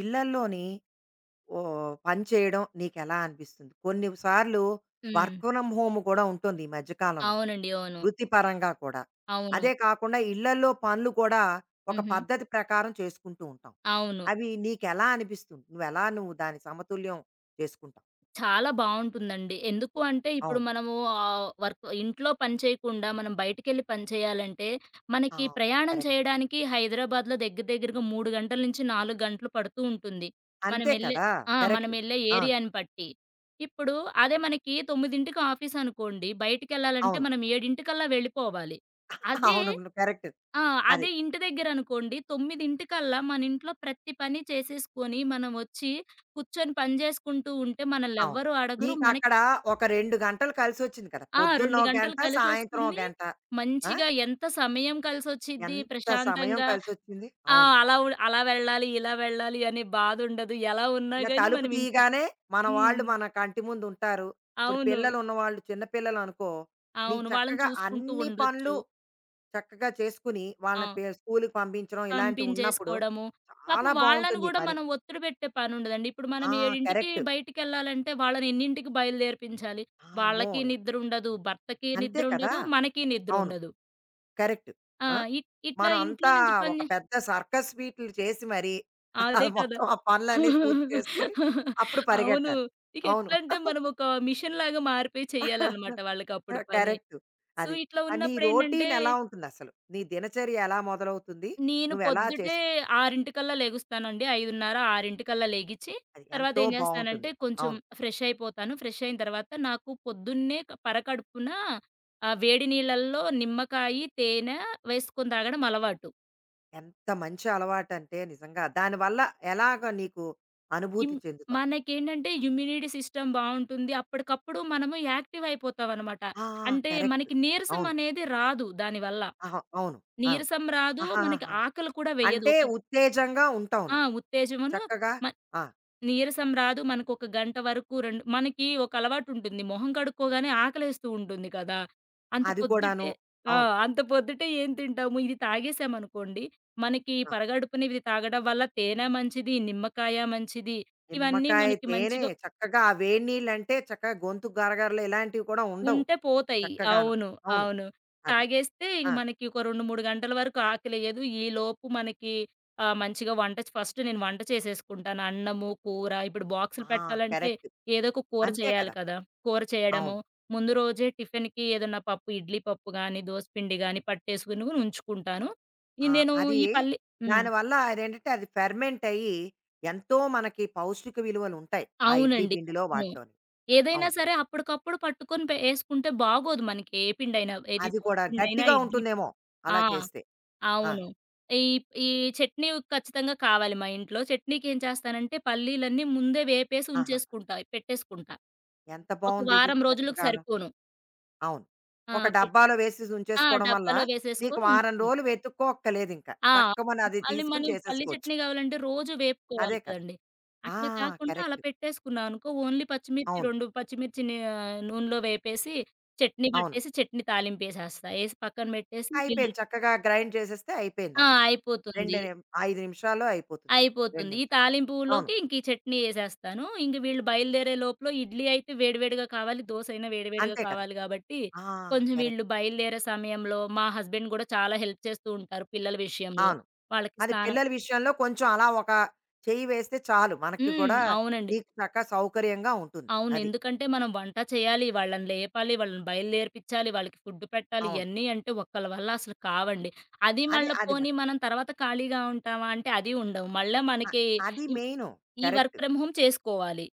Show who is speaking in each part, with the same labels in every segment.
Speaker 1: ఇళ్ళల్లోని ఓహ్, పని చేయడం నీకెలా అనిపిస్తుంది? కొన్ని సార్లు
Speaker 2: హ్మ్.
Speaker 1: వర్క్ ఫ్రమ్ హోమ్ కూడా ఉంటుంది ఈ మధ్య కాలంలో.
Speaker 2: అవునండి. అవును.
Speaker 1: వృత్తిపరంగా కూడా.
Speaker 2: అవును.
Speaker 1: అదే కాకుండా ఇళ్ళల్లో పనులు కూడా ఒక
Speaker 2: హుహు.
Speaker 1: పద్ధతి ప్రకారం చేసుకుంటూ ఉంటాం.
Speaker 2: అవును.
Speaker 1: అవి నీకెలా అనిపిస్తుంది? నువ్వు దాని సమతుల్యం చేసుకుంటావు?
Speaker 2: చాలా బావుంటుందండి. ఎందుకు అంటే ఇప్పుడు
Speaker 1: అవును.
Speaker 2: మనము వర్క్ ఇంట్లో పని చేయకుండా మనం బయటికెళ్ళి పని చేయాలంటే,
Speaker 1: ఆ,
Speaker 2: మనకి ప్రయాణం
Speaker 1: కరెక్ట్.
Speaker 2: చేయడానికి హైదరాబాద్‌లో దగ్గర దగ్గరగా 3 గంటల నుంచి 4 గంటలు పడుతూ ఉంటుంది.
Speaker 1: అంతే
Speaker 2: మనమెళ్ళే
Speaker 1: కదా!
Speaker 2: ఆ!
Speaker 1: కరెక్ట్.
Speaker 2: మనమెళ్ళే
Speaker 1: అవును.
Speaker 2: ఏరియాని బట్టి. ఇప్పుడు అదే మనకి 9కి ఆఫీస్ అనుకోండి, బయటికెళ్ళాలంటే
Speaker 1: అవును.
Speaker 2: మనం 7కల్లా వెళ్ళిపోవాలి. అదే
Speaker 1: అవునవును. కరెక్ట్.
Speaker 2: ఆ!
Speaker 1: అది.
Speaker 2: అదే ఇంటి దగ్గరనుకోండి, 9 మన ఇంట్లో ప్రతి పని చేసేసుకొని, మనమొచ్చి కూర్చొని పని జేసుకుంటూ ఉంటే
Speaker 1: అవును.
Speaker 2: మనల్నెవ్వరు అడగరు. మనకి
Speaker 1: నీకక్కడ ఒక 2 గంటలు కలిసొచ్చింది కదా! పొద్దున్న
Speaker 2: 2
Speaker 1: ఒక
Speaker 2: గంటలు
Speaker 1: గంట, సాయంత్రం ఒక
Speaker 2: కలిసొస్తుంది.
Speaker 1: గంట. ఆ,
Speaker 2: మంచిగా ఎంత సమయం కలిసొచ్చిద్ది.
Speaker 1: ఎంత సమయం
Speaker 2: ప్రశాంతంగా
Speaker 1: కలిసొచ్చింది.
Speaker 2: ఆ!
Speaker 1: అవును.
Speaker 2: అలా ఉ అలా వెళ్ళాలి, ఇలా వెళ్ళాలి అనే బాధుండదు. ఎలా ఉన్నా
Speaker 1: ఇలా
Speaker 2: గానీ
Speaker 1: తలుపు
Speaker 2: మనం ఇంట్లో.
Speaker 1: తీయగానే మన వాళ్ళు
Speaker 2: హ్మ్.
Speaker 1: మన కంటి ముందు ఉంటారు. ఇప్పుడు
Speaker 2: అవును.
Speaker 1: పిల్లలు ఉన్నవాళ్ళు చిన్న పిల్లలు అనుకో, నీకు
Speaker 2: అవును. వాళ్ళని
Speaker 1: చక్కగా
Speaker 2: చూసుకుంటూ
Speaker 1: అన్ని
Speaker 2: ఉండొచ్చు.
Speaker 1: పనులు చక్కగా చేసుకుని
Speaker 2: ఆ!
Speaker 1: వాళ్ళని పే స్కూలుకి పంపించడం ఇలాంటివి ఉన్నప్పుడు
Speaker 2: పంపించేసుకోవడము. పాపం
Speaker 1: చాలా
Speaker 2: వాళ్ళని
Speaker 1: బావుంటుంది ఈ
Speaker 2: గూడా
Speaker 1: పని.
Speaker 2: మనం ఒత్తిడి పెట్టే పనుండదండి. ఇప్పుడు
Speaker 1: ఆ,
Speaker 2: మనం 7కి
Speaker 1: కరెక్ట్.
Speaker 2: బయటికెళ్ళాలంటే వాళ్ళని ఎన్నింటికి బయలుదేర్పించాలి?
Speaker 1: అమ్మో!
Speaker 2: వాళ్ళకి నిద్రుండదు, భర్తకి
Speaker 1: అంతే కదా!
Speaker 2: నిద్రుండదు, మనకి
Speaker 1: అవును.
Speaker 2: నిద్రుండదు.
Speaker 1: కరెక్ట్.
Speaker 2: ఆ!
Speaker 1: ఆ,
Speaker 2: ఇట్ ఇట్లా
Speaker 1: మనం
Speaker 2: ఇంట్లో
Speaker 1: అంతా
Speaker 2: నుంచి పని
Speaker 1: ఒక
Speaker 2: జే.
Speaker 1: పెద్ద సర్కస్ వీట్లు చేసి మరి
Speaker 2: అదే
Speaker 1: అది
Speaker 2: కదా!
Speaker 1: మొత్తం ఆ పనులన్నీ పూర్తి చేసుకొని అప్పుడు
Speaker 2: అవును.
Speaker 1: పరిగెట్టాలి.
Speaker 2: ఇక
Speaker 1: అవును.
Speaker 2: ఎట్లంటే మనం ఒక మిషన్‌లాగా మారిపోయి చేయాలన్నమాట వాళ్ళకప్పుడు పని.
Speaker 1: కరెక్ట్.
Speaker 2: సో,
Speaker 1: అది.
Speaker 2: ఇట్లా
Speaker 1: నీ
Speaker 2: ఉన్నప్పుడేంటంటే
Speaker 1: రొటీన్ ఎలా ఉంటుందసలు? నీ దినచర్య ఎలా మొదలవుతుంది?
Speaker 2: నేను
Speaker 1: నువ్వెలా
Speaker 2: పొద్దుటే
Speaker 1: చేసుకుంటావు?
Speaker 2: 6:00కల్లా లెగుస్తానండి. 5:30, 6:00కల్లా లెగిచి
Speaker 1: అది
Speaker 2: తర్వాత
Speaker 1: ఎంతో
Speaker 2: ఏం జేస్తానంటే
Speaker 1: బావుంటుంది.
Speaker 2: కొంచెం
Speaker 1: అవును.
Speaker 2: ఫ్రెష్ అయిపోతాను. ఫ్రెష్ అయిన తర్వాత నాకు పొద్దున్నే పరకడుపున వేడి నీళ్ళల్లో నిమ్మకాయి, తేనె వేసుకొని తాగడం అలవాటు.
Speaker 1: ఎంత మంచి అలవాటంటే నిజంగా దానివల్ల ఎలాగ నీకు
Speaker 2: ఇమ్
Speaker 1: అనుభూతి చెందుతావు?
Speaker 2: మనకేంటంటే ఇమ్యూనిటీ సిస్టమ్ బావుంటుంది. అప్పటికప్పుడు మనము యాక్టివ్ అయిపోతామనమాట.
Speaker 1: ఆ! ఆ!
Speaker 2: అంటే
Speaker 1: కరెక్ట్.
Speaker 2: మనకి నీరసం
Speaker 1: అవును.
Speaker 2: అనేది రాదు దానివల్ల.
Speaker 1: ఆహా! అవును. అవును.
Speaker 2: నీరసం రాదు, మనకి
Speaker 1: ఆహాహాహా!
Speaker 2: ఆకలి కూడా వేయదు.
Speaker 1: అంటే
Speaker 2: ఒక
Speaker 1: ఉత్తేజంగా ఉంటావు
Speaker 2: ఆ!
Speaker 1: నువ్వు.
Speaker 2: ఉత్తేజమును.
Speaker 1: చక్కగా
Speaker 2: మ
Speaker 1: ఆ,
Speaker 2: నీరసం రాదు. మనకొక గంట వరకు రెండు మనకి ఒక అలవాటుంటుంది. మొహం కడుక్కోగానే ఆకలేస్తూ ఉంటుంది కదా! అంత
Speaker 1: అది కూడాను.
Speaker 2: పొద్దుటే ఆ!
Speaker 1: అవును.
Speaker 2: అంత పొద్దుటే ఏం తింటాము? ఇది తాగేసామనుకోండి, మనకి
Speaker 1: ఆ,
Speaker 2: పరగడుపున ఇది తాగడం వల్ల తేనె మంచిది, నిమ్మకాయ మంచిది. ఇవన్నీ
Speaker 1: నిమ్మకాయ,
Speaker 2: మనకి
Speaker 1: తేనె
Speaker 2: మంచిగా
Speaker 1: చక్కగా ఆ వేడి నీళ్ళంటే చక్కగా గొంతు గరగరలు ఇలాంటివి కూడా ఉండవు.
Speaker 2: ఉంటే పోతాయి.
Speaker 1: చక్కగాను.
Speaker 2: అవును.
Speaker 1: అవును.
Speaker 2: అవును.
Speaker 1: అదే.
Speaker 2: తాగేస్తే ఇంక
Speaker 1: ఆ!
Speaker 2: మనకి ఒక 2, 3 గంటల వరకు ఆకలేయదు. ఈలోపు మనకి మంచిగా వంట ఫస్ట్ నేను వంట చేసేసుకుంటాను. అన్నము, కూర ఇప్పుడు బాక్సులు
Speaker 1: ఆ!
Speaker 2: పెట్టాలంటే
Speaker 1: కరెక్ట్.
Speaker 2: ఏదో ఒక కూర
Speaker 1: అంతే
Speaker 2: చేయాలి
Speaker 1: కదా!
Speaker 2: కదా! కూర చేయడము,
Speaker 1: అవును.
Speaker 2: ముందు రోజే టిఫిన్‌కి ఏదన్నా పప్పు ఇడ్లీ పప్పు గాని, దోస పిండి గాని పట్టేసుకొని ఉంచుకుంటాను. ఈ
Speaker 1: ఆ,
Speaker 2: నేను
Speaker 1: అది
Speaker 2: ఈ పల్లి హ్మ్.
Speaker 1: దానివల్ల అదేంటంటే అది ఫెర్మెంట్ అయ్యి ఎంతో మనకి పౌష్టిక విలువలుంటాయి. ఆ ఇడ్లీ
Speaker 2: అవునండి.
Speaker 1: పిండిలో
Speaker 2: అవును.
Speaker 1: వాటిలోని.
Speaker 2: ఏదైనా
Speaker 1: అవును.
Speaker 2: సరే అప్పటికప్పుడు పట్టుకొని ఏసుకుంటే బాగోదు మనకి ఏ పిండైనా. ఏది
Speaker 1: అది
Speaker 2: దోస
Speaker 1: కూడా
Speaker 2: పిండైనా,
Speaker 1: గట్టిగా
Speaker 2: ఇడ్లీ
Speaker 1: ఉంటుందేమో
Speaker 2: ఆ!
Speaker 1: అలా చేస్తే. ఆ!
Speaker 2: అవును. ఈ ఈ చట్నీ ఖచ్చితంగా కావాలి మా ఇంట్లో. చట్నీకి ఏం చేస్తానంటే పల్లీలన్నీ ముందే వేపేసి
Speaker 1: ఆహాహా!
Speaker 2: ఉంచేసుకుంటా. పెట్టేసుకుంటా.
Speaker 1: ఎంత
Speaker 2: ఒక
Speaker 1: బావుందిది
Speaker 2: వారం రోజులకు
Speaker 1: చక్కగాను.
Speaker 2: సరిపోను.
Speaker 1: అవును.
Speaker 2: ఆ!
Speaker 1: ఒక
Speaker 2: పెట్
Speaker 1: డబ్బాలో వేసేసి
Speaker 2: ఆ!
Speaker 1: ఉంచేసుకోవడం వల్ల
Speaker 2: డబ్బాలో
Speaker 1: నీకు
Speaker 2: వేసేసుకొని
Speaker 1: వారం
Speaker 2: ఉంచుకుంటా.
Speaker 1: రోజులు వెతుక్కోక్కర్లేదింక.
Speaker 2: ఆ!
Speaker 1: చక్కమని అది
Speaker 2: మళ్ళీ
Speaker 1: తీసుకొని
Speaker 2: మనం పల్లీ
Speaker 1: చేసేసుకోవచ్చు.
Speaker 2: చట్నీ కావాలంటే రోజు వేపుకోవాలి
Speaker 1: అదే కదా!
Speaker 2: కదండీ.
Speaker 1: ఆ,
Speaker 2: అట్లా కాకుండా అలా
Speaker 1: కరెక్ట్.
Speaker 2: పెట్టేసుకున్నాం అనుకో ఓన్లీ పచ్చిమిర్చి
Speaker 1: అవును.
Speaker 2: 2 పచ్చిమిర్చిని నూనెలో వేపేసి చట్నీ
Speaker 1: అవును.
Speaker 2: పట్టేసి చట్నీ తాలింపేసేస్తా. ఏసి పక్కన పెట్టేసి వీళ్ళు
Speaker 1: అయిపోయింది. చక్కగా గ్రైండ్ చేసేస్తే
Speaker 2: ఆ!
Speaker 1: అయిపోయిందక్కడ. 2
Speaker 2: అయిపోతుంది.
Speaker 1: నిమ్ 5 నిమిషాల్లో అయిపోతుంది నీకు. 2
Speaker 2: అయిపోతుంది. ఈ
Speaker 1: నిమిషాలు. అవును.
Speaker 2: తాలింపులోకి ఇంక ఈ చట్నీ ఏసేస్తాను. ఇంక వీళ్ళు బయలుదేరే లోపల ఇడ్లీ అయితే వేడివేడిగా కావాలి. దోస అయినా వేడివేడిగా
Speaker 1: అంతే కదా!
Speaker 2: కావాలి గాబట్టి,
Speaker 1: ఆ,
Speaker 2: కొంచెం వీళ్ళు
Speaker 1: కరెక్ట్.
Speaker 2: బయలుదేరే సమయంలో మా హస్బెండ్ గూడా చాలా హెల్ప్ చేస్తూ ఉంటారు పిల్లల విషయంలో.
Speaker 1: అవును.
Speaker 2: వాళ్ళకి
Speaker 1: అది
Speaker 2: స్నానం
Speaker 1: పిల్లల విషయంలో కొంచెం అలా ఒక చెయ్యి వేస్తే చాలు. మనకి
Speaker 2: హ్మ్.
Speaker 1: గూడా
Speaker 2: అవునండి.
Speaker 1: నీకు చక్క సౌకర్యంగా ఉంటుంది.
Speaker 2: అవును.
Speaker 1: అది.
Speaker 2: ఎందుకంటే మనం వంట చేయాలి, వాళ్ళని లేపాలి, వాళ్ళని బయలుదేర్పించాలి, వాళ్ళకి ఫుడ్ పెట్టాలి.
Speaker 1: అవును.
Speaker 2: ఇయన్నీ అంటే ఒక్కళ్ళ వల్ల అసలు కావండి. అది
Speaker 1: అది
Speaker 2: మళ్ళా
Speaker 1: అది
Speaker 2: పోనీ
Speaker 1: మటు
Speaker 2: మనం తర్వాత ఖాళీగా ఉంటామా అంటే అది ఉండవు. మళ్ళా
Speaker 1: అ
Speaker 2: మనకి
Speaker 1: అది
Speaker 2: ఈ
Speaker 1: మెయిను.
Speaker 2: ఈ వర్క్
Speaker 1: కరెక్ట్.
Speaker 2: ఫ్రమ్ హోమ్ చేసుకోవాలి.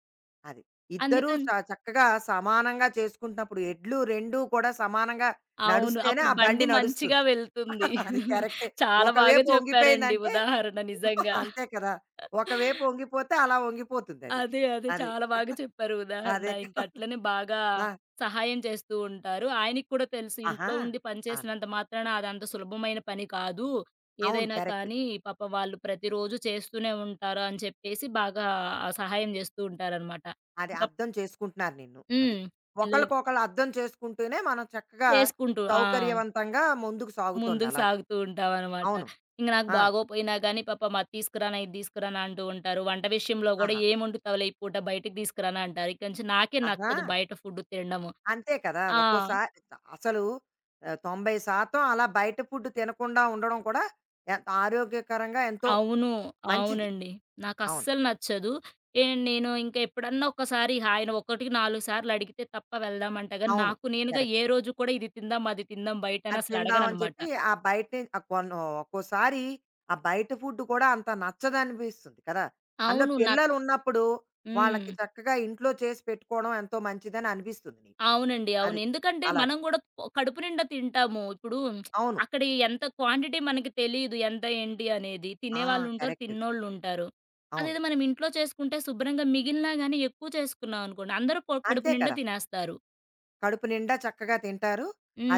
Speaker 1: అది. ఇద్దరూ
Speaker 2: అందుకని
Speaker 1: చక్కగా సమానంగా చేసుకుంటున్నప్పుడు ఎడ్లు 2 కూడా సమానంగా
Speaker 2: అవును.
Speaker 1: నడుస్తేనే
Speaker 2: అప్పుడు
Speaker 1: ఆ
Speaker 2: బండి
Speaker 1: బండి
Speaker 2: మంచిగా
Speaker 1: నడుస్తుంది.
Speaker 2: వెళ్తుంది.
Speaker 1: అది కరెక్టే.
Speaker 2: చాలా బాగా
Speaker 1: ఒకవైపు
Speaker 2: చెప్పారండి
Speaker 1: వంగిపోయిందంటే
Speaker 2: ఉదాహరణ నిజంగా.
Speaker 1: అంతే కదా! ఒకవైపు వంగిపోతే అలా వంగిపోతుందది.
Speaker 2: అదే. అదే.
Speaker 1: అది.
Speaker 2: చాలా బాగా చెప్పారు
Speaker 1: అది
Speaker 2: ఉదాహరణ.
Speaker 1: అదే
Speaker 2: ఇంక
Speaker 1: కదా!
Speaker 2: అట్లనే బాగా
Speaker 1: ఆ!
Speaker 2: సహాయం చేస్తూ ఉంటారు. ఆయనకి కూడా తెలుసు
Speaker 1: ఆహా!
Speaker 2: ఇంట్లో ఉండి
Speaker 1: అది.
Speaker 2: పనిచేసినంత మాత్రాన అదంత సులభమైన పని కాదు.
Speaker 1: అవును.
Speaker 2: ఏదైనా
Speaker 1: కరెక్ట్.
Speaker 2: కానీ పాపం వాళ్ళు ప్రతిరోజు చేస్తూనే ఉంటారు అని చెప్పేసి బాగా సహాయం చేస్తూ ఉంటారనమాట.
Speaker 1: అది
Speaker 2: ఇంక
Speaker 1: అర్థం చేసుకుంటున్నారు నిన్ను. అది.
Speaker 2: హ్మ్. పిల్లలు
Speaker 1: ఒకళ్ళకొకళ్ళు అర్థం చేసుకుంటూనే మనం చక్కగా
Speaker 2: చేసుకుంటూ ఆ!
Speaker 1: సౌకర్యవంతంగా ముందుకు సాగుతోంది
Speaker 2: ముందుకు
Speaker 1: అలాగా.
Speaker 2: సాగుతూ ఉంటావనమాట.
Speaker 1: అవును.
Speaker 2: ఇంక నాకు
Speaker 1: ఆ!
Speaker 2: బాగోపోయినా గానీ పాపం అది తీసుకురానా, ఇది తీసుకురానా అంటూ ఉంటారు. వంట విషయంలో గూడా
Speaker 1: ఆహా!
Speaker 2: ఏమొండుతావులే ఈ పూట బయటికి తీసుకురానా అంటారు. ఇక నుంచి నాకే
Speaker 1: ఆహా!
Speaker 2: నచ్చదు బయట ఫుడ్ తినడము.
Speaker 1: అంతే కదా!
Speaker 2: ఆ!
Speaker 1: ఒక్కోసారి అసలు 90% అలా బయట ఫుడ్ తినకుండా ఉండడం కూడా ఎ ఆరోగ్యకరంగా ఎంతో
Speaker 2: అవును.
Speaker 1: మంచిది.
Speaker 2: అవునండి.
Speaker 1: అవును.
Speaker 2: నాకస్సలు నచ్చదు. ఏ నేను ఇంక ఎప్పుడన్నా ఒక్కసారి ఆయన ఒకటికి 4 సార్లు అడిగితే తప్ప వెళ్దామంట గాని,
Speaker 1: అవును.
Speaker 2: నాకు నేనుగా
Speaker 1: కరెక్ట్.
Speaker 2: ఏ రోజు కూడా ఇది తిందాం, అది తిందాం బయట అని
Speaker 1: అది
Speaker 2: అసలు
Speaker 1: తిందామని
Speaker 2: అడగననమాట.
Speaker 1: చెప్పి ఆ బయటే ఆహ్, కొన్ ఒక్కోసారి ఆ బయట ఫుడ్ కూడా అంత నచ్చదనిపిస్తుంది కదా! అందులో
Speaker 2: అవును. నా
Speaker 1: పిల్లలున్నప్పుడు
Speaker 2: హ్మ్.
Speaker 1: వాళ్ళకి చక్కగా ఇంట్లో చేసి పెట్టుకోవడం ఎంతో మంచిదని అనిపిస్తుంది నీకు.
Speaker 2: అవునండి. అవును.
Speaker 1: అది.
Speaker 2: ఎందుకంటే
Speaker 1: అలాగా.
Speaker 2: మనం గూడా కడుపు నిండా తింటాము. ఇప్పుడు
Speaker 1: అవును.
Speaker 2: అక్కడ ఎంత క్వాంటిటీ మనకి తెలీదు. ఎంత ఏంటి అనేది.
Speaker 1: ఆ,
Speaker 2: తినేవాళ్ళుంటారు,
Speaker 1: కరెక్ట్.
Speaker 2: తిన్నోళ్ళుంటారు.
Speaker 1: అవును.
Speaker 2: అదేదో మనం ఇంట్లో చేసుకుంటే శుభ్రంగా మిగిలినా గాని ఎక్కువ చేసుకున్నాం అనుకోండి అందరూ కడుపు
Speaker 1: అంతే
Speaker 2: నిండా
Speaker 1: కదా!
Speaker 2: తినేస్తారు.
Speaker 1: కడుపు నిండా చక్కగా తింటారు.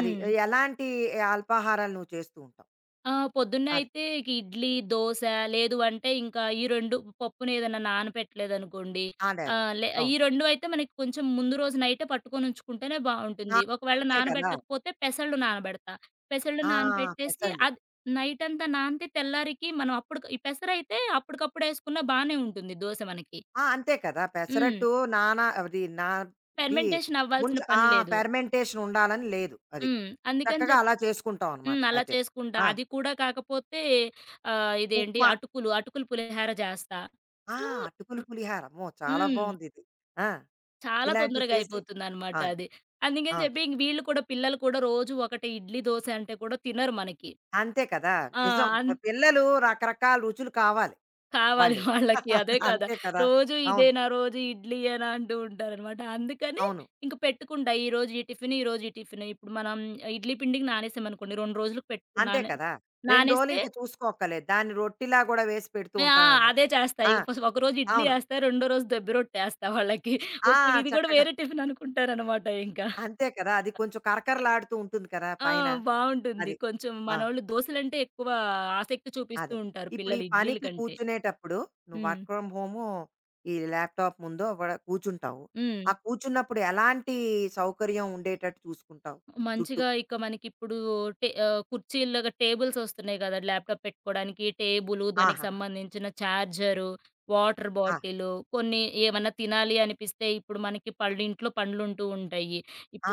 Speaker 1: అది ఎలాంటి అల్పాహారాలు నువ్వు చేస్తూ ఉంటావు?
Speaker 2: పొద్దున్నే
Speaker 1: అది.
Speaker 2: అయితే ఇక ఇడ్లీ, దోస లేదు అంటే ఇంకా ఈ 2 పప్పునేదన్నా నానపెట్టలేదనుకోండి.
Speaker 1: అదే. అదే. అదే.
Speaker 2: ఆహ్, లే ఈ
Speaker 1: అవును.
Speaker 2: 2 అయితే మనకి కొంచెం ముందు రోజు నైటే పట్టుకొనుంచుకుంటేనే
Speaker 1: ఆ!
Speaker 2: బావుంటుంది. ఒకవేళ
Speaker 1: అంతే కదా!
Speaker 2: నానబెట్టకపోతే పెసళ్ళు నానబెడతా. పెసళ్ళు
Speaker 1: ఆ,
Speaker 2: నానబెట్టేసి
Speaker 1: పెసలు.
Speaker 2: అది నైటంతా నానితే తెల్లారికి మనం అప్పుడు ఈ పెసరైతే అప్పటికప్పుడేసుకున్నా బానే ఉంటుంది దోస మనకి.
Speaker 1: ఆ! అంతే కదా!
Speaker 2: హ్మ్.
Speaker 1: పెసరట్టు నానా అది నా ఇది
Speaker 2: ఫెర్మెంటేషన్
Speaker 1: ముంచ
Speaker 2: అవ్వాల్సిన
Speaker 1: ఆ!
Speaker 2: పని లేదు.
Speaker 1: ఫెర్మెంటేషన్ ఉండాలని లేదు అది.
Speaker 2: హ్మ్. అందుకని
Speaker 1: చక్కగా
Speaker 2: చెప్పి
Speaker 1: అలా చేసుకుంటాం అనమాట.
Speaker 2: హ్మ్. అలా
Speaker 1: అదే.
Speaker 2: చేసుకుంటా.
Speaker 1: ఆ!
Speaker 2: అది కూడా కాకపోతే
Speaker 1: ఉప్మా
Speaker 2: అటుకులు పులిహార చేస్తా.
Speaker 1: ఆ!
Speaker 2: సో
Speaker 1: అటుకులు
Speaker 2: ర్
Speaker 1: పులిహార అమ్మో! చాలా
Speaker 2: హ్మ్.
Speaker 1: బావుందిది. ఆ!
Speaker 2: చాలా
Speaker 1: ఇలాంటివి
Speaker 2: తొందరగా
Speaker 1: చేసి
Speaker 2: అయిపోతుందనమాట
Speaker 1: ఆ!
Speaker 2: అది. అందుకని
Speaker 1: ఆ!
Speaker 2: చెప్పి ఇంక వీళ్ళు కూడా పిల్లలు కూడా రోజు ఒకటి ఇడ్లీ, దోస అంటే కూడా తినరు మనకి.
Speaker 1: అంతే కదా!
Speaker 2: ఆ!
Speaker 1: నిజం. ప
Speaker 2: అన్
Speaker 1: పిల్లలు రకరకాల రుచులు కావాలి
Speaker 2: కావాలి
Speaker 1: వాళ్ళు.
Speaker 2: వాళ్ళకి. అదే కదా!
Speaker 1: అంతే కదా!
Speaker 2: రోజు
Speaker 1: అవును.
Speaker 2: ఇదేనా, రోజు ఇడ్లీయేనా అంటూ ఉంటారనమాట. అందుకని
Speaker 1: అవును.
Speaker 2: ఇంక పెట్టుకుంటా. ఈరోజు ఈ టిఫిను, ఈరోజు ఈ టిఫిను. ఇప్పుడు మనం ఇడ్లీ పిండికి నానేసామనుకోండి 2 రోజులకు
Speaker 1: అంతే
Speaker 2: పెట్టుకున్నాను
Speaker 1: కదా! 2 రోజులు
Speaker 2: నానేస్తే
Speaker 1: ఇంకా చూసుకోక్కర్లేదు. దాన్ని రొట్టిలా గూడా వేసి పెడుతూ
Speaker 2: మే ఆ!
Speaker 1: ఉంటామేమో.
Speaker 2: అదే చేస్తా.
Speaker 1: ఆ!
Speaker 2: ఇగ ఫస్ ఒకరోజు ఇడ్లీ
Speaker 1: అవును.
Speaker 2: ఏస్తా. రెండో రోజు దెబ్బ రొట్టేస్తా వాళ్ళకి.
Speaker 1: ఆ!
Speaker 2: ఓకే. ఇది గూడా
Speaker 1: చక్కగా
Speaker 2: వేరే టిఫిన్ అనుకుంటారనమాట ఇంకా.
Speaker 1: అంతే కదా! అది కొంచెం కరకరలాడుతూ ఉంటుంది కదా!
Speaker 2: ఆ!
Speaker 1: పైన.
Speaker 2: బావుంటుంది.
Speaker 1: అది.
Speaker 2: కొంచెం
Speaker 1: ఆ!
Speaker 2: మనోళ్ళు దోసలంటే ఎక్కువ ఆసక్తి చూపిస్తూ
Speaker 1: అదే.
Speaker 2: ఉంటారు
Speaker 1: ఇప్పుడు ఈ
Speaker 2: పిల్లలు ఇడ్లీల
Speaker 1: పనికి
Speaker 2: కంటే.
Speaker 1: కూర్చునేటప్పుడు నువ్వు
Speaker 2: హ్మ్.
Speaker 1: వర్క్ ఫ్రమ్ హోము, ఈ ల్యాప్‌టాప్ ముందో అక్కడ కూర్చుంటావు.
Speaker 2: హ్మ్.
Speaker 1: ఆ కూర్చున్నప్పుడు ఎలాంటి సౌకర్యం ఉండేటట్టు చూసుకుంటావు చుట్టూ?
Speaker 2: మంచిగా ఇక మనకిప్పుడు కుర్చీల్లాగా టేబుల్స్ వస్తున్నాయి గదా! ల్యాప్‌టాప్ పెట్టుకోవడానికి. టేబులు, దానికి
Speaker 1: ఆహాహా!
Speaker 2: సంబంధించిన చార్జరు, వాటర్
Speaker 1: ఆ!
Speaker 2: బాటిలు, కొన్ని ఏమన్నా తినాలి అనిపిస్తే ఇప్పుడు మనకి పళ్ళు ఇంట్లో పండ్లుంటూ ఉంటాయి.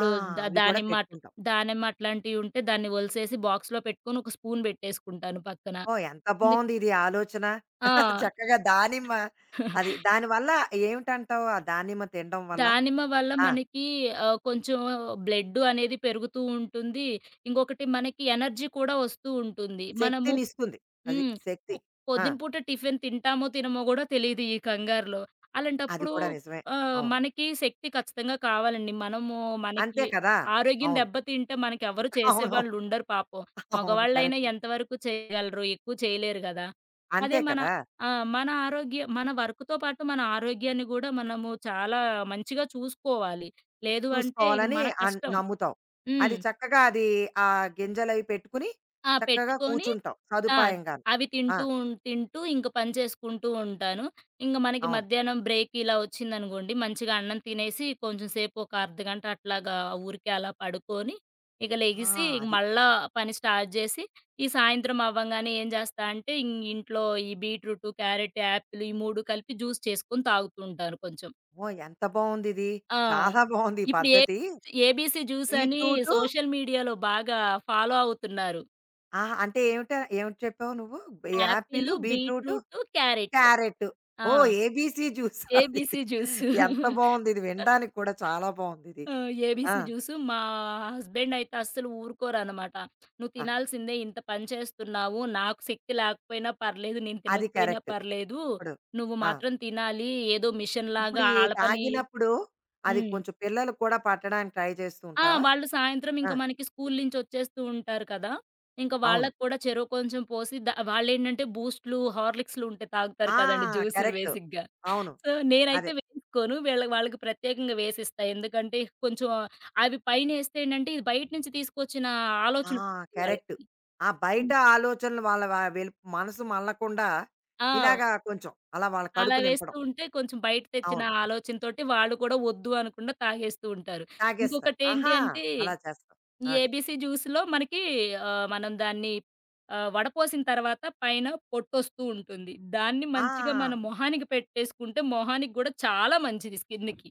Speaker 1: ఆ!
Speaker 2: ద
Speaker 1: అవి కూడా
Speaker 2: దానిమ్మ అట్
Speaker 1: పెట్టుకుంటావు.
Speaker 2: దానిమ్మ అట్లాంటియి ఉంటే దాన్ని ఒలిసేసి బాక్స్‌లో పెట్టుకొని ఒక స్పూన్ పెట్టేసుకుంటాను పక్కన.
Speaker 1: అబ్బో! ఎంత
Speaker 2: ఎందుక్
Speaker 1: బావుంది ఇది ఆలోచన.
Speaker 2: ఆ!
Speaker 1: చక్కగా దానిమ్మ అది. దానివల్ల ఏమిటంటావు? ఆ దానిమ్మ తినడం వల్ల?
Speaker 2: దానిమ్మ వల్ల
Speaker 1: ఆ,
Speaker 2: మనకి కొంచెం బ్లడ్ అనేది పెరుగుతూ ఉంటుంది. ఇంకొకటి మనకి ఎనర్జీ కూడా వస్తూ ఉంటుంది.
Speaker 1: శక్తినిస్తుంది. అది.
Speaker 2: హ్మ్.
Speaker 1: శక్తి.
Speaker 2: పొ
Speaker 1: ఆ,
Speaker 2: పొద్దున పూట టిఫిన్ తింటామో, తినమో గూడా తెలీదు ఈ కంగారులో.
Speaker 1: అది
Speaker 2: అలాంటప్పుడు
Speaker 1: కూడా నిజమే. అవును.
Speaker 2: మనకి శక్తి ఖచ్చితంగా కావాలండి. మనము మనకి
Speaker 1: అంతే కదా!
Speaker 2: ఆరోగ్యం
Speaker 1: అవును.
Speaker 2: దెబ్బతింటే మనకెవరు
Speaker 1: అవును.
Speaker 2: చేసేవాళ్ళుండరు పాపం.
Speaker 1: అవును.
Speaker 2: మగవాళ్ళైనా
Speaker 1: కరెక్ట్.
Speaker 2: ఎంతవరకు చేయగలరు? ఎక్కువ చేయలేరు గదా! అదే
Speaker 1: అంతే
Speaker 2: మన
Speaker 1: కదా!
Speaker 2: ఆ! మన ఆరోగ్య మన వర్క్‌తో పాటు మన ఆరోగ్యాన్ని గూడా మనము చాలా మంచిగా చూసుకోవాలి. లేదు అంటే ఇక
Speaker 1: చూసుకోవాలని
Speaker 2: మన కష్టం.
Speaker 1: నమ్ముతావు.
Speaker 2: హ్మ్.
Speaker 1: అది చక్కగా అది ఆ గింజలవి పెట్టుకుని చక్కగా
Speaker 2: పెట్టుకొని
Speaker 1: కూర్చుంటావు
Speaker 2: ఆ!
Speaker 1: సదుపాయంగాను.
Speaker 2: అవి
Speaker 1: ఆ!
Speaker 2: తింటూ ఇంక పని చేసుకుంటూ ఉంటాను. ఇంక మనకి
Speaker 1: అవును.
Speaker 2: మధ్యాహ్నం బ్రేక్ ఇలా వచ్చిందనుకోండి, మంచిగా అన్నం తినేసి కొంచెం సేపు ఒక అర్ధగంట అట్లాగా ఊరికే అలా పడుకొని, ఇక లెగిసి
Speaker 1: ఆ! అది.
Speaker 2: మళ్ళా పని స్టార్ట్ జేసి, ఈ సాయంత్రం అవ్వంగానే ఏం చేస్తా అంటే ఇంట్లో ఈ బీట్రూటు, క్యారెట్, యాపిల్ ఈ 3 కలిపి జ్యూస్ చేసుకొని తాగుతూ ఉంటాను కొంచెం.
Speaker 1: ఓహ్! ఎంత బావుందిది.
Speaker 2: ఆ!
Speaker 1: చాలా బావుంది ఈ
Speaker 2: ఇప్పుడు ఏ
Speaker 1: పద్ధతి.
Speaker 2: ఏబీసీ జ్యూస్ అని
Speaker 1: బీట్రూటు
Speaker 2: సోషల్ మీడియాలో బాగా ఫాలో అవుతున్నారు.
Speaker 1: ఆహా! అంటే ఏమిటి చెప్పావు నువ్వు? Apple,
Speaker 2: apple,
Speaker 1: beetroot,
Speaker 2: beetroot, carrot.
Speaker 1: Carrot.
Speaker 2: ఆ!
Speaker 1: ఓహ్! ఏబీసీ జ్యూస్ ఇది.
Speaker 2: ABC juice.
Speaker 1: ఎంత బావుందిది. వినడానికి కూడా చాలా బావుందిది.
Speaker 2: ఆ!
Speaker 1: ఆ!
Speaker 2: ABC juice. మా హస్బెండ్ అయితే అస్సలు ఊరుకోరనమాట. "నువ్వు
Speaker 1: ఆహా!
Speaker 2: తినాల్సిందే ఇంత పని చేస్తున్నావు. నాకు శక్తి లేకపోయినా పర్లేదు. నేను
Speaker 1: అది
Speaker 2: తినకపోయినా
Speaker 1: కరెక్ట్.
Speaker 2: పర్లేదు.
Speaker 1: అప్పుడు.
Speaker 2: నువ్వు
Speaker 1: ఆ!
Speaker 2: మాత్రం తినాలి. ఏదో
Speaker 1: ఇప్పుడు
Speaker 2: మిషన్‌లాగా
Speaker 1: ఈ
Speaker 2: ఆళ్ళ పని."
Speaker 1: తాగినప్పుడు అది
Speaker 2: హ్మ్.
Speaker 1: కొంచెం పిల్లలకి కూడా పట్టడానికి ట్రై చేస్తూ ఉంటావా?
Speaker 2: వాళ్ళు సాయంత్రం ఇంక
Speaker 1: ఆ!
Speaker 2: మనకి స్కూల్ నుంచి వచ్చేస్తూ ఉంటారు కదా! ఇంక
Speaker 1: అవును.
Speaker 2: వాళ్ళకి కూడా చెరో కొంచెం పోసి వాళ్ళేంటంటే బూస్టులు, హార్లిక్స్‌లు ఉంటే తాగుతారు
Speaker 1: ఆ,
Speaker 2: కదండీ జ్యూసులు
Speaker 1: కరెక్ట్.
Speaker 2: బేసిక్‌గా.
Speaker 1: అవును.
Speaker 2: సో, నేనైతే
Speaker 1: అదే.
Speaker 2: వేసుకోను. వాళ్ళకి ప్రత్యేకంగా వేసిస్తా. ఎందుకంటే కొంచెం అవి పైనేస్తే ఏంటంటే ఇది బయట నుంచి తీసుకొచ్చిన
Speaker 1: ఆ,
Speaker 2: ఆలోచన ఉంటుంది వాళ్ళకి.
Speaker 1: కరెక్ట్. ఆ బయట
Speaker 2: హ్మ్.
Speaker 1: ఆలోచనలు వాళ్ళ వ వెల్ మనసు మళ్ళకుండా
Speaker 2: ఆ!
Speaker 1: ఇలాగా కొంచెం అలా వాళ్ళ
Speaker 2: అలా
Speaker 1: కడుపు
Speaker 2: వేస్తూ
Speaker 1: నింపడం.
Speaker 2: ఉంటే కొంచెం బయట తెచ్చిన
Speaker 1: అవును.
Speaker 2: ఆలోచనతోటి వాళ్ళు కూడా వద్దు అనకుండా తాగేస్తూ ఉంటారు.
Speaker 1: తాగేస్తారు.
Speaker 2: ఇంకొకటేంటి
Speaker 1: ఆహా!
Speaker 2: అంటే
Speaker 1: అలా చేస్తాం.
Speaker 2: ఈ
Speaker 1: అది.
Speaker 2: ఏబీసీ జ్యూస్‌లో మనకి మనం దాన్ని వడపోసిన తర్వాత పైన పొట్టొస్తూ ఉంటుంది. దాన్ని
Speaker 1: ఆ!
Speaker 2: మంచిగా మన మొహానికి పెట్టేసుకుంటే మొహానికి గూడా చాలా మంచిది స్కిన్‌కి.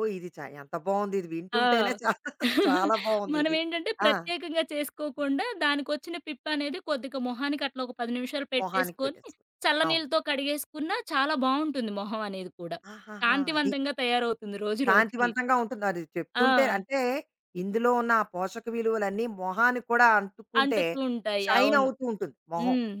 Speaker 1: ఓహ్! ఇది ఎంత బావుంది ఇది వింటుంటేనే
Speaker 2: ఆ!
Speaker 1: చాలా చాలా బావుందిది.
Speaker 2: మనమేంటంటే
Speaker 1: ఆ!
Speaker 2: ప్రత్యేకంగా చేసుకోకుండా దానికొచ్చిన పిప్పనేది కొద్దిగా మొహానికి అట్లా ఒక 10 నిమిషాలు
Speaker 1: మొహానికి
Speaker 2: పెట్టేసుకొని,
Speaker 1: పెట్టేసుకో. అవును.
Speaker 2: చల్లనీళ్ళతో కడిగేసుకున్నా చాలా బావుంటుంది మొహం అనేది కూడా.
Speaker 1: ఆహాహా! అది.
Speaker 2: కాంతివంతంగా తయారవుతుంది రోజు రోజుకి.
Speaker 1: కాంతివంతంగా ఉంటుంది. అది చెప్తుంటే
Speaker 2: ఆ!
Speaker 1: అంటే ఇందులో ఉన్న ఆ పోషక విలువలన్నీ మొహానికి కూడా అంటుకుంటే
Speaker 2: అంటుతూ ఉంటాయి.
Speaker 1: షైన్
Speaker 2: అవును.
Speaker 1: అవుతూ ఉంటుంది మొహం
Speaker 2: హ్మ్.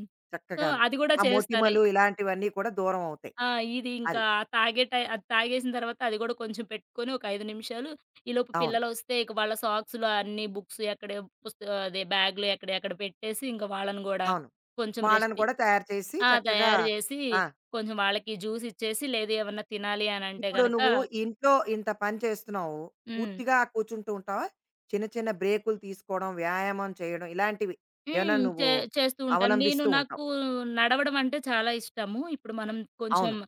Speaker 2: సో,
Speaker 1: చక్కగాను.
Speaker 2: అది గూడా
Speaker 1: ఆ
Speaker 2: చేస్తాను.
Speaker 1: మొటిమలు ఇలాంటివన్నీ కూడా దూరం అవుతాయి.
Speaker 2: ఆ! ఇది ఇంకా
Speaker 1: అది.
Speaker 2: తాగే టై అది తాగేసిన తర్వాత అది గూడా కొంచెం పెట్టుకొని ఒక 5 నిమిషాలు ఈలోపు
Speaker 1: అవును.
Speaker 2: పిల్లలొస్తే ఇక వాళ్ళ సాక్స్‌లో అన్ని బుక్స్ ఎక్కడ పుస్త అదే బ్యాగ్‌లో ఎక్కడ ఎక్కడ పెట్టేసి ఇంక వాళ్ళని గూడా
Speaker 1: అవును.
Speaker 2: కొంచెం రెస్ట్
Speaker 1: వాళ్ళని
Speaker 2: తీ
Speaker 1: కూడా తయారు చేసి
Speaker 2: ఆ!
Speaker 1: చక్కగా
Speaker 2: తయారు జేసి
Speaker 1: ఆ!
Speaker 2: కొంచెం వాళ్ళకి జ్యూస్ ఇచ్చేసి, లేదు ఏమన్నా తినాలి అనంటే
Speaker 1: ఇప్పుడు
Speaker 2: గనక.
Speaker 1: నువ్వు ఇంట్లో ఇంత పని చేస్తున్నావు.
Speaker 2: హ్మ్.
Speaker 1: పూర్తిగా కూర్చుంటూ ఉంటావా? చిన్న చిన్న బ్రేకులు తీసుకోవడం, వ్యాయామం చేయడం ఇలాంటివి ఏమైనా
Speaker 2: హ్మ్.
Speaker 1: నువ్వు
Speaker 2: చేస్తూ ఉంటాను.
Speaker 1: అవలంబిస్తూ
Speaker 2: నాకు
Speaker 1: ఉంటావు.
Speaker 2: నడవడం అంటే చాలా ఇష్టము. ఇప్పుడు మనం కొంచెం
Speaker 1: అవును.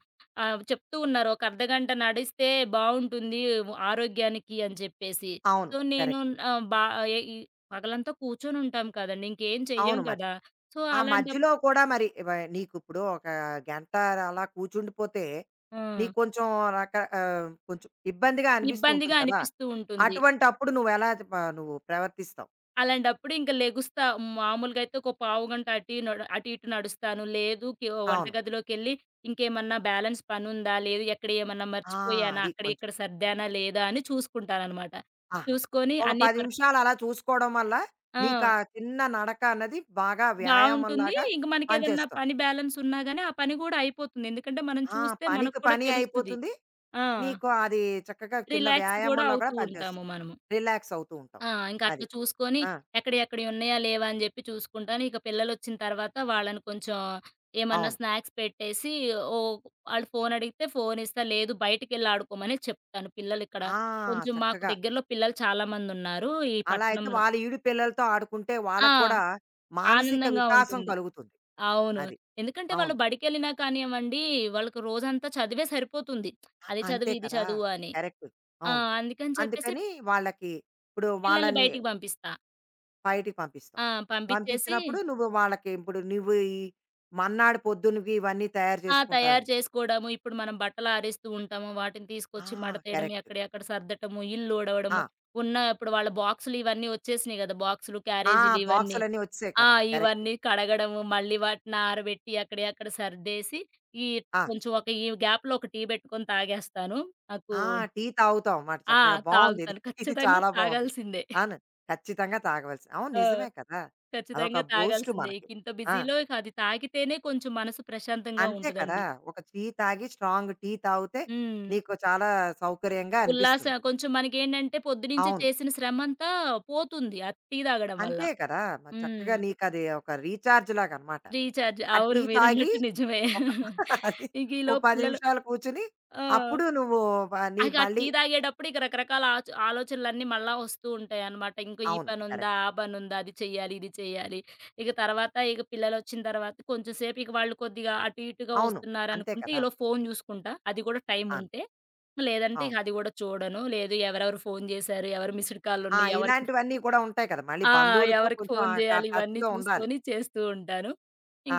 Speaker 2: చెప్తూ ఉన్నారు. ఒక అర్ధగంట నడిస్తే బావుంటుంది ఆరోగ్యానికి అని చెప్పేసి.
Speaker 1: అవును.
Speaker 2: సో, నేను
Speaker 1: కరెక్ట్.
Speaker 2: ఆహ్, బా ఎ ఈ పగలంతా కూర్చొని ఉంటాం కదండీ! ఇంకేం చెయ్యం
Speaker 1: అవును మరి.
Speaker 2: కదా! సో,
Speaker 1: ఆ
Speaker 2: అలాంటప్
Speaker 1: మధ్యలో కూడా మరి నీకు ఇప్పుడు ఒక గంట అలా కూర్చుండిపోతే,
Speaker 2: ఆ!
Speaker 1: నీకు కొంచెం రక కొంచెం ఇబ్బందిగా అనిపిస్తూ
Speaker 2: ఇబ్బందిగా
Speaker 1: ఉంటుంది కదా!
Speaker 2: అనిపిస్తూ ఉంటుంది.
Speaker 1: అటువంటప్పుడు నువ్వెలా త ప నువ్వు ప్రవర్తిస్తావు?
Speaker 2: అలాంటప్పుడు ఇంక లెగుస్తా. మామూలుగా అయితే ఒక పావుగంట అటు ఇటు నడుస్తాను. లేదు కి
Speaker 1: అవును.
Speaker 2: వంటగదిలోకెళ్ళి ఇంకేమన్నా బ్యాలెన్స్ పనుందా? లేదు ఎక్కడ ఏమన్నా
Speaker 1: ఆ,
Speaker 2: మర్చిపోయానా?
Speaker 1: అది
Speaker 2: అక్కడ
Speaker 1: కొంచెం.
Speaker 2: ఇక్కడ సర్దానా? లేదా? అని చూసుకుంటాననమాట.
Speaker 1: ఆహా!
Speaker 2: చూసుకొని
Speaker 1: ఒక
Speaker 2: అన్నీ
Speaker 1: 10
Speaker 2: పర్
Speaker 1: నిమిషాలు అలా చూసుకోవడం వల్ల,
Speaker 2: ఆ!
Speaker 1: నీకా చిన్న నడక అన్నది బాగా
Speaker 2: బావుంటుంది.
Speaker 1: వ్యాయామంలాగా
Speaker 2: ఇంక మనకేదన్నా
Speaker 1: పనిచేస్తుంది.
Speaker 2: పని బ్యాలెన్స్ ఉన్నా గాని ఆ పని గూడా అయిపోతుంది. ఎందుకంటే మనం
Speaker 1: ఆ!
Speaker 2: చూస్తే మనకు
Speaker 1: పనికి
Speaker 2: కూడా
Speaker 1: పని
Speaker 2: తెలుస్తది.
Speaker 1: అయిపోతుంది.
Speaker 2: ఆ!
Speaker 1: నీకు అది చక్కగా చిన్న
Speaker 2: రిలాక్స్ గూడా
Speaker 1: వ్యాయామంలో కూడా
Speaker 2: అవుతూ ఉంటాము
Speaker 1: పనిచేస్తుంది.
Speaker 2: మనము.
Speaker 1: రిలాక్స్ అవుతూ ఉంటావు.
Speaker 2: ఇంక అట్లా
Speaker 1: అది.
Speaker 2: చూసుకొని
Speaker 1: ఆ!
Speaker 2: ఎక్కడియెక్కడియి ఉన్నాయా, లేవా అని జెప్పి చూసుకుంటాను. ఇక పిల్లలొచ్చిన తర్వాత వాళ్ళని కొంచెం ఏమన్నా
Speaker 1: అవును.
Speaker 2: స్నాక్స్ పెట్టేసి ఓ ఆళ్ళు ఫోను అడిగితే ఫోనిస్తా, లేదు బయటికెళ్ళి ఆడుకోమని చెప్తాను.
Speaker 1: ఆ!
Speaker 2: కొంచెం మాకు
Speaker 1: చక్కగా.
Speaker 2: దగ్గరలో పిల్లలు చాలా మందున్నారు ఈ
Speaker 1: అలా అయితే
Speaker 2: పట్టణంలో.
Speaker 1: వాళ్ళ ఈడు పిల్లలతో ఆడుకుంటే వాళ్ళకి
Speaker 2: ఆ!
Speaker 1: కూడా మానసిక
Speaker 2: ఆనందంగా
Speaker 1: వికాసం
Speaker 2: ఉంటుంది.
Speaker 1: కలుగుతుంది.
Speaker 2: అవును.
Speaker 1: అది.
Speaker 2: ఎందుకంటే వాళ్ళు
Speaker 1: అవును.
Speaker 2: బడికెళ్ళినా కానివ్వండి, వాళ్ళకి రోజంతా చదివే సరిపోతుంది. అది
Speaker 1: అంతే
Speaker 2: చదువు, ఇది
Speaker 1: కదా!
Speaker 2: చదువు అని.
Speaker 1: కరెక్ట్.
Speaker 2: ఆ!
Speaker 1: అవును.
Speaker 2: అందుకని చెప్పేసి
Speaker 1: అందుకని వాళ్ళకి ఇప్పుడు
Speaker 2: పిల్లల్ని
Speaker 1: వాళ్ళని
Speaker 2: బయటికి పంపిస్తా.
Speaker 1: బయటికి పంపిస్తాం.
Speaker 2: ఆ! పంపిచ్చేసి
Speaker 1: పంపించినప్పుడు నువ్వు వాళ్ళకి ఇప్పుడు నువ్వు ఈ మన్నాడు పొద్దునకి ఇవన్నీ తయారు
Speaker 2: తయారు
Speaker 1: చేసుకుంటావేమో.
Speaker 2: చేసుకోవడము. ఇప్పుడు మనం బట్టలు ఆరేస్తూ ఉంటాము. వాటిని
Speaker 1: ఆ,
Speaker 2: తీసుకొచ్చి మడతేయడము,
Speaker 1: కరెక్ట్.
Speaker 2: ఎక్కడియి అక్కడ సర్దటము, ఇల్లు ఊడవడము.
Speaker 1: ఆ!
Speaker 2: ఉన్న ఇప్పుడు వాళ్ళ బాక్సులు ఇవన్నీ వచ్చేసినాయి గదా! బాక్సులు,
Speaker 1: ఆ!
Speaker 2: క్యారేజీలు ఇవన్నీ.
Speaker 1: బాక్సులన్నీ వచ్చేసాయి
Speaker 2: ఆ!
Speaker 1: కదా! కరెక్ట్.
Speaker 2: ఇవన్నీ కడగడము, మళ్ళీ వాటిని ఆరబెట్టి అక్కడియి అక్కడ సర్దేసి, ఈ
Speaker 1: ఆ!
Speaker 2: కొంచెం ఒక ఈ గ్యాప్‌లో ఒక టీ పెట్టుకొని తాగేస్తాను. నాకు
Speaker 1: ఆ! టీ తాగుతాం మాట
Speaker 2: ఆ!
Speaker 1: చక్కగా. బావుందిది. ఇది
Speaker 2: తాగుతాను.
Speaker 1: ఇది
Speaker 2: ఖచ్చితంగా
Speaker 1: చాలా బావుంది.
Speaker 2: తాగాల్సిందే.
Speaker 1: అవును. ఖచ్చితంగా తాగవలసి అవును.
Speaker 2: ఆ!
Speaker 1: నిజమే కదా! అదొక
Speaker 2: ఖచ్చితంగా
Speaker 1: బూస్ట్
Speaker 2: తాగాల్సిందే. ఇంక
Speaker 1: మనకి.
Speaker 2: ఇంత
Speaker 1: ఆ!
Speaker 2: బిజీలో ఇక అది తాగితేనే కొంచెం మనసు ప్రశాంతంగా
Speaker 1: అంతే కదా!
Speaker 2: ఉంటదండి.
Speaker 1: ఒక టీ తాగి స్ట్రాంగ్ టీ తాగితే
Speaker 2: హ్మ్.
Speaker 1: నీకు చాలా సౌకర్యంగా అనిపిస్తుంది.
Speaker 2: కొంచెం మనకేంటంటే పొద్దునించి
Speaker 1: అవును.
Speaker 2: చేసిన శ్రమంతా పోతుంది ఆ టీ తాగడం వల్ల.
Speaker 1: అంతే కదా! మరి
Speaker 2: హ్మ్.
Speaker 1: చక్కగా నీకది ఒక రీచార్జ్ లాగనమాట.
Speaker 2: రీచార్జ్.
Speaker 1: ఆ
Speaker 2: అవును.
Speaker 1: టీ తాగి
Speaker 2: మీరన్నట్టు నిజమే.
Speaker 1: ఒక అది
Speaker 2: ఇంక
Speaker 1: ఓ
Speaker 2: ఈలోపు
Speaker 1: 10
Speaker 2: పిల్లలు
Speaker 1: నిమిషాలు కూర్చొని
Speaker 2: ఆ!
Speaker 1: అప్పుడు నువ్వు ఆ, నీ
Speaker 2: ఇక ఆ
Speaker 1: మళ్ళీ
Speaker 2: టీ తాగేటప్పుడు ఇక రకరకాల ఆలోచనలన్నీ మళ్ళా వస్తూ ఉంటాయన్నమాట. ఇంకా ఈ
Speaker 1: అవును.
Speaker 2: పనుందా?
Speaker 1: కరెక్ట్.
Speaker 2: ఆ పనుందా? అది చెయ్యాలి, ఇది చెయ్యాలి. ఇక తర్వాత ఇక పిల్లలొచ్చిన తర్వాత కొంచెం సేపు ఇక వాళ్ళు కొద్దిగా అటు ఇటుగా
Speaker 1: అవును. అంతే
Speaker 2: వస్తున్నారనుకుంటే
Speaker 1: కదా!
Speaker 2: ఈలోపు ఫోను చూసుకుంటా. అది కూడా
Speaker 1: అవును.
Speaker 2: టైముంటే. లేదంటే ఇక
Speaker 1: అవును.
Speaker 2: అది కూడా చూడను. లేదు ఎవరెవరు ఫోను చేశారు? ఎవరు మిస్డ్
Speaker 1: ఆ!
Speaker 2: కాల్లున్నాయి? ఎవరికి
Speaker 1: ఇలాంటివన్నీ కూడా ఉంటాయి కదా! మళ్ళీ
Speaker 2: ఆ!
Speaker 1: బంధువులతో
Speaker 2: ఎవరికి
Speaker 1: కొంచెం
Speaker 2: ఫోను
Speaker 1: ఆ
Speaker 2: జేయాలి ఇవన్నీ
Speaker 1: టచ్‌లో ఉండాలి.
Speaker 2: చూసుకొని చేస్తూ ఉంటాను.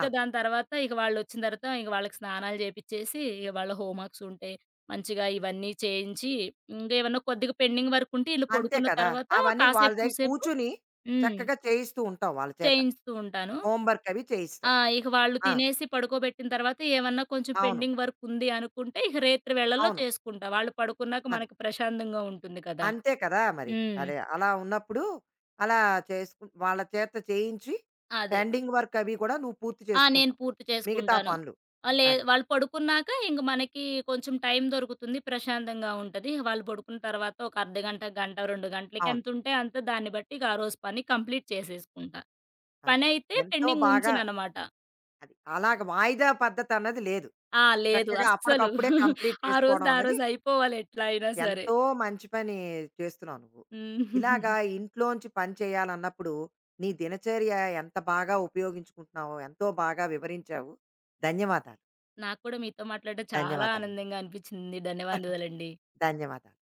Speaker 1: ఆ!
Speaker 2: దాని తర్వాత ఇక వాళ్ళొచ్చిన తర్వాత ఇక వాళ్ళకి స్నానాలు జేపిచ్చేసి, ఇక వాళ్ళ హోమ్ వర్క్స్ ఉంటే మంచిగా ఇవన్నీ చేయించి, ఇంగేమన్నా కొద్దిగా పెండింగ్ వర్క్ ఉంటే ఈళ్ళు
Speaker 1: అంతే
Speaker 2: పడుకున్న
Speaker 1: కదా!
Speaker 2: తర్వాత
Speaker 1: అవన్నీ వాళ్ళ
Speaker 2: కాసేపు
Speaker 1: దగ్గర
Speaker 2: కూసేపు
Speaker 1: కూర్చొని
Speaker 2: హ్మ్.
Speaker 1: చక్కగా చేయిస్తూ ఉంటావు వాళ్ళ చేత.
Speaker 2: చేయించుతూ ఉంటాను.
Speaker 1: హోంవర్క్ అవి చేయిస్తావు.
Speaker 2: ఇక వాళ్ళు
Speaker 1: ఆ!
Speaker 2: తినేసి పడుకోబెట్టిన తర్వాత ఏమన్నా కొంచెం
Speaker 1: అవును.
Speaker 2: పెండింగ్ వర్క్ ఉంది అనుకుంటే ఇక రేత్రి వేళల్లో
Speaker 1: అవును.
Speaker 2: చేసుకుంటా. వాళ్ళు పడుకున్నాక
Speaker 1: అది.
Speaker 2: మనకి ప్రశాంతంగా ఉంటుంది కదా!
Speaker 1: అంతే కదా మరి.
Speaker 2: హ్మ్.
Speaker 1: అదే అలా ఉన్నప్పుడు అలా చేసుకు వాళ్ళ చేత చేయించి
Speaker 2: అదే.
Speaker 1: పెండింగ్ వర్క్ అవి కూడా నువ్వు పూర్తి
Speaker 2: నేను
Speaker 1: చేసుకుంటావు.
Speaker 2: పూర్తి
Speaker 1: మిగతా
Speaker 2: చేసుకుంటాను.
Speaker 1: పనులు.
Speaker 2: ఆహ్, లే
Speaker 1: అది.
Speaker 2: వాళ్ళు పడుకున్నాక ఇంక మనకి కొంచెం టైం దొరుకుతుంది. ప్రశాంతంగా ఉంటది. వాళ్ళు పడుకున్న తర్వాత ఒక అర్ధగంట, గంట, 2 గంటలకి
Speaker 1: అవును.
Speaker 2: ఎంతుంటే అంత దాన్ని బట్టి ఇక ఆ రోజు పని కంప్లీట్ చేసేసుకుంటా.
Speaker 1: అది.
Speaker 2: పనైతే
Speaker 1: ఎంతో
Speaker 2: పెండింగ్
Speaker 1: బాగా
Speaker 2: ఉంచననమాట.
Speaker 1: అది. అలాగ వాయిదా పద్ధతన్నది లేదు.
Speaker 2: లేదు
Speaker 1: చక్కగా
Speaker 2: అస్సలు.
Speaker 1: అప్పటికప్పుడే కంప్లీట్
Speaker 2: ఆ
Speaker 1: చేసుకోవడం
Speaker 2: రోజుది ఆ
Speaker 1: అన్నది
Speaker 2: రోజు అయిపోవాలి ఎట్లా అయినా సరే.
Speaker 1: ఎంతో మంచి పని చేస్తున్నావు నువ్వు.
Speaker 2: హ్మ్.
Speaker 1: ఇలాగా ఇంట్లోంచి పని చేయాలన్నప్పుడు నీ దినచర్య ఎంత బాగా ఉపయోగించుకుంటున్నావో ఎంతో బాగా వివరించావు. ధన్యవాదాలు.
Speaker 2: నాకు కూడా మీతో మాట్లాడడం చాలా
Speaker 1: ధన్యవాదాలండి.
Speaker 2: ఆనందంగా అనిపించింది. ధన్యవాదాలండి.
Speaker 1: ధన్యవాదాలు.